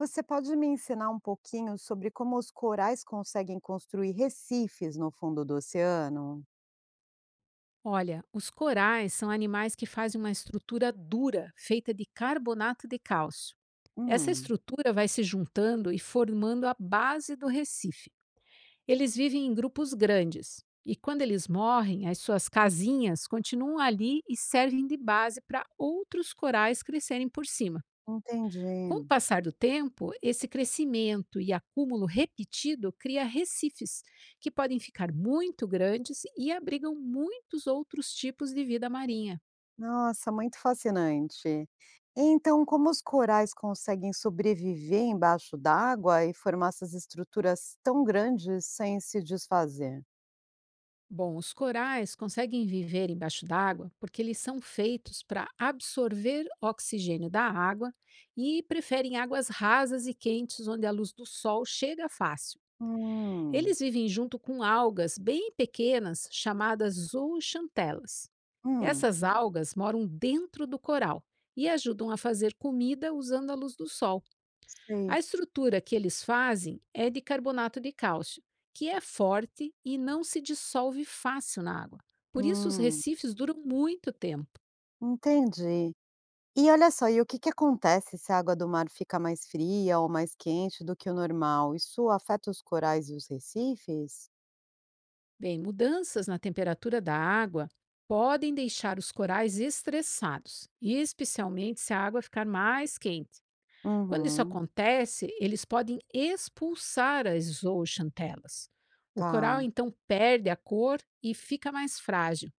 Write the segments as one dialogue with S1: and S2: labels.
S1: Você pode me ensinar um pouquinho sobre como os corais conseguem construir recifes no fundo do oceano?
S2: Olha, os corais são animais que fazem uma estrutura dura, feita de carbonato de cálcio. Essa
S1: Hum.
S2: estrutura vai se juntando e formando a base do recife. Eles vivem em grupos grandes e, quando eles morrem, as suas casinhas continuam ali e servem de base para outros corais crescerem por cima. Com o
S1: Entendi.
S2: passar do tempo, esse crescimento e acúmulo repetido cria recifes, que podem ficar muito grandes e abrigam muitos outros tipos de vida marinha.
S1: Nossa, muito fascinante. Então, como os corais conseguem sobreviver embaixo d'água e formar essas estruturas tão grandes sem se desfazer?
S2: Bom, os corais conseguem viver embaixo d'água porque eles são feitos para absorver oxigênio da água e preferem águas rasas e quentes onde a luz do sol chega fácil.
S1: Hum,
S2: Eles vivem junto com algas bem pequenas chamadas zooxantelas.
S1: hum,
S2: Essas algas moram dentro do coral e ajudam a fazer comida usando a luz do sol. A
S1: sei.
S2: estrutura que eles fazem é de carbonato de cálcio, que é forte e não se dissolve fácil na água. Por isso, os
S1: Hum,
S2: recifes duram muito tempo.
S1: entendi. E olha só, e o que que acontece se a água do mar fica mais fria ou mais quente do que o normal? Isso afeta os corais e os recifes?
S2: Bem, mudanças na temperatura da água podem deixar os corais estressados, especialmente se a água ficar mais quente. Quando isso
S1: Uhum,
S2: acontece, eles podem expulsar as zooxantelas. O
S1: tá.
S2: coral então perde a cor e fica mais frágil.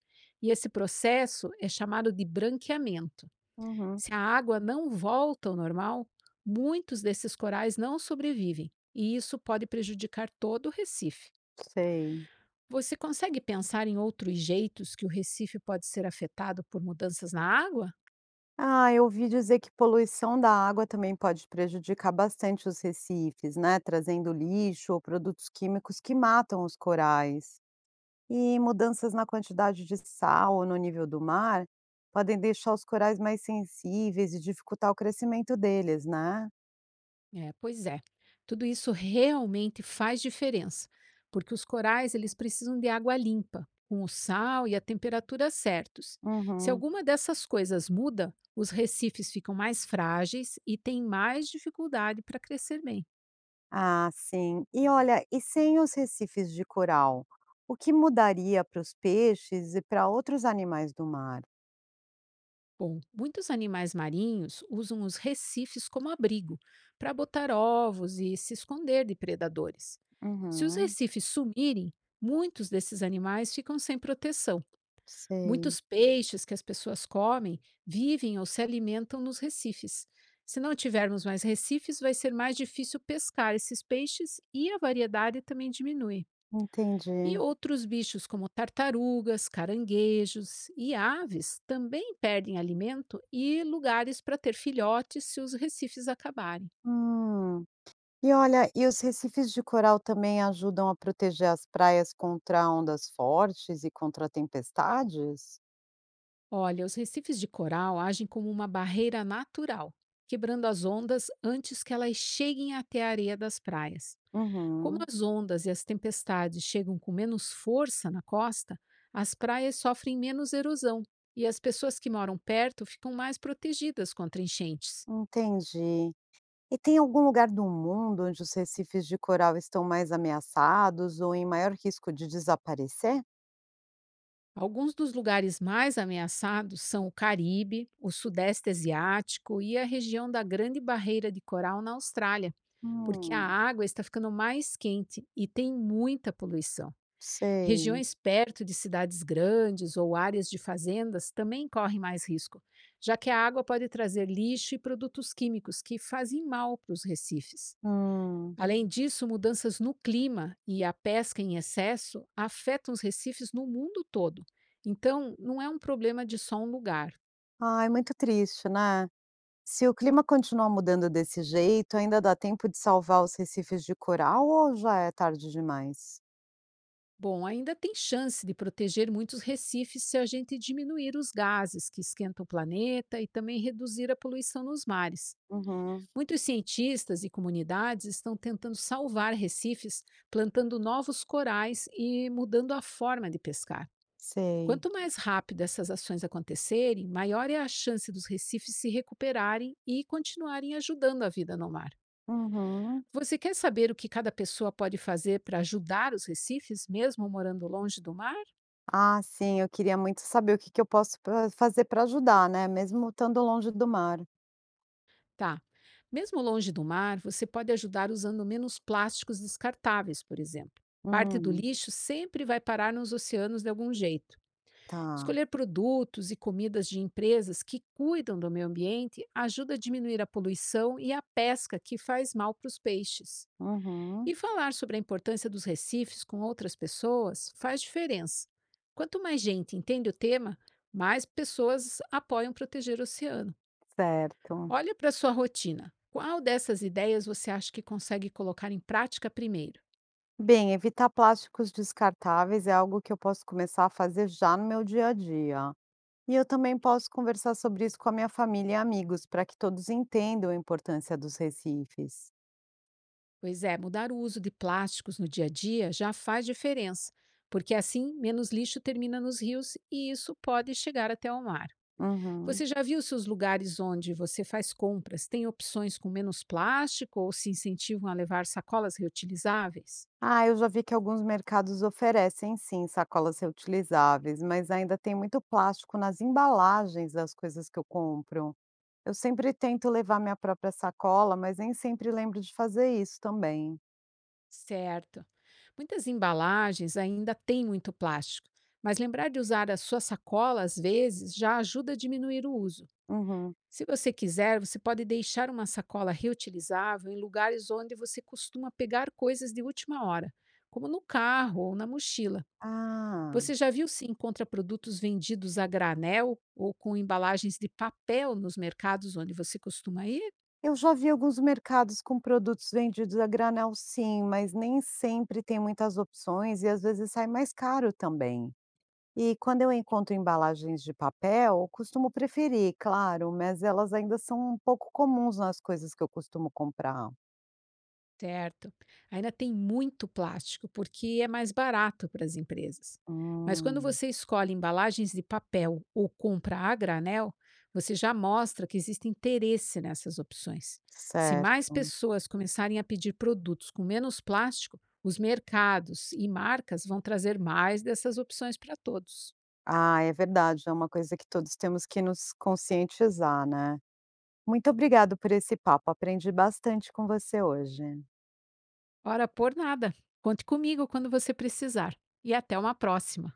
S2: E esse processo é chamado de branqueamento.
S1: Uhum,
S2: Se a água não volta ao normal, muitos desses corais não sobrevivem, e isso pode prejudicar todo o recife.
S1: sei.
S2: Você consegue pensar em outros jeitos que o recife pode ser afetado por mudanças na água?
S1: Ah, eu ouvi dizer que poluição da água também pode prejudicar bastante os recifes, né? Trazendo lixo ou produtos químicos que matam os corais. E mudanças na quantidade de sal ou no nível do mar podem deixar os corais mais sensíveis e dificultar o crescimento deles, né?
S2: É, pois é. Tudo isso realmente faz diferença, porque os corais eles precisam de água limpa, com o sal e a temperatura certos. Se
S1: Uhum.
S2: alguma dessas coisas muda, os recifes ficam mais frágeis e têm mais dificuldade para crescer bem.
S1: Ah, sim. E olha, e sem os recifes de coral, o que mudaria para os peixes e para outros animais do mar?
S2: Bom, muitos animais marinhos usam os recifes como abrigo para botar ovos e se esconder de predadores. Se os
S1: Uhum,
S2: recifes sumirem, muitos desses animais ficam sem proteção.
S1: sei.
S2: Muitos peixes que as pessoas comem vivem ou se alimentam nos recifes. Se não tivermos mais recifes, vai ser mais difícil pescar esses peixes e a variedade também diminui. E
S1: Entendi.
S2: outros bichos, como tartarugas, caranguejos e aves, também perdem alimento e lugares para ter filhotes se os recifes acabarem.
S1: Hum. E olha, e os recifes de coral também ajudam a proteger as praias contra ondas fortes e contra tempestades?
S2: Olha, os recifes de coral agem como uma barreira natural, quebrando as ondas antes que elas cheguem até a areia das praias. Como
S1: Uhum.
S2: as ondas e as tempestades chegam com menos força na costa, as praias sofrem menos erosão e as pessoas que moram perto ficam mais protegidas contra enchentes.
S1: Entendi. E tem algum lugar do mundo onde os recifes de coral estão mais ameaçados ou em maior risco de desaparecer?
S2: Alguns dos lugares mais ameaçados são o Caribe, o Sudeste Asiático e a região da Grande Barreira de Coral na Austrália, porque a
S1: Hum.
S2: água está ficando mais quente e tem muita poluição.
S1: Sei.
S2: Regiões perto de cidades grandes ou áreas de fazendas também correm mais risco, já que a água pode trazer lixo e produtos químicos que fazem mal para os recifes.
S1: Hum.
S2: Além disso, mudanças no clima e a pesca em excesso afetam os recifes no mundo todo. Então, não é um problema de só um lugar.
S1: Ai, muito triste, né. Se o clima continuar mudando desse jeito, ainda dá tempo de salvar os recifes de coral ou já é tarde demais?
S2: Bom, ainda tem chance de proteger muitos recifes se a gente diminuir os gases que esquentam o planeta e também reduzir a poluição nos mares.
S1: Uhum,
S2: Muitos cientistas e comunidades estão tentando salvar recifes, plantando novos corais e mudando a forma de pescar.
S1: sei.
S2: Quanto mais rápido essas ações acontecerem, maior é a chance dos recifes se recuperarem e continuarem ajudando a vida no mar.
S1: Uhum.
S2: Você quer saber o que cada pessoa pode fazer para ajudar os recifes, mesmo morando longe do mar?
S1: Ah, sim, eu queria muito saber o que que eu posso pra fazer para ajudar, né, mesmo estando longe do mar.
S2: Tá. Mesmo longe do mar, você pode ajudar usando menos plásticos descartáveis, por exemplo. Parte do
S1: Hum,
S2: lixo sempre vai parar nos oceanos de algum jeito.
S1: tá.
S2: Escolher produtos e comidas de empresas que cuidam do meio ambiente ajuda a diminuir a poluição e a pesca que faz mal para os peixes. E
S1: Uhum,
S2: falar sobre a importância dos recifes com outras pessoas faz diferença. Quanto mais gente entende o tema, mais pessoas apoiam proteger o oceano.
S1: certo.
S2: Olha para sua rotina. Qual dessas ideias você acha que consegue colocar em prática primeiro?
S1: Bem, evitar plásticos descartáveis é algo que eu posso começar a fazer já no meu dia a dia. E eu também posso conversar sobre isso com a minha família e amigos, para que todos entendam a importância dos recifes.
S2: Pois é, mudar o uso de plásticos no dia a dia já faz diferença, porque assim menos lixo termina nos rios e isso pode chegar até ao mar.
S1: Uhum.
S2: Você já viu se os lugares onde você faz compras têm opções com menos plástico ou se incentivam a levar sacolas reutilizáveis?
S1: Ah, eu já vi que alguns mercados oferecem sim sacolas reutilizáveis, mas ainda tem muito plástico nas embalagens das coisas que eu compro. Eu sempre tento levar minha própria sacola, mas nem sempre lembro de fazer isso também.
S2: Certo. Muitas embalagens ainda têm muito plástico, mas lembrar de usar a sua sacola às vezes já ajuda a diminuir o uso.
S1: Uhum.
S2: Se você quiser, você pode deixar uma sacola reutilizável em lugares onde você costuma pegar coisas de última hora, como no carro ou na mochila.
S1: Ah.
S2: Você já viu se encontra produtos vendidos a granel ou com embalagens de papel nos mercados onde você costuma ir?
S1: Eu já vi alguns mercados com produtos vendidos a granel sim, mas nem sempre tem muitas opções e às vezes sai mais caro também. E quando eu encontro embalagens de papel, costumo preferir, claro, mas elas ainda são um pouco comuns nas coisas que eu costumo comprar.
S2: Certo. Ainda tem muito plástico, porque é mais barato para as empresas. Mas quando
S1: Hum,
S2: você escolhe embalagens de papel ou compra a granel, você já mostra que existe interesse nessas opções. Se mais
S1: certo.
S2: pessoas começarem a pedir produtos com menos plástico, os mercados e marcas vão trazer mais dessas opções para todos.
S1: Ah, é verdade, é uma coisa que todos temos que nos conscientizar, né? Muito obrigado por esse papo, aprendi bastante com você hoje.
S2: Ora por nada. Conte comigo quando você precisar. E até uma próxima.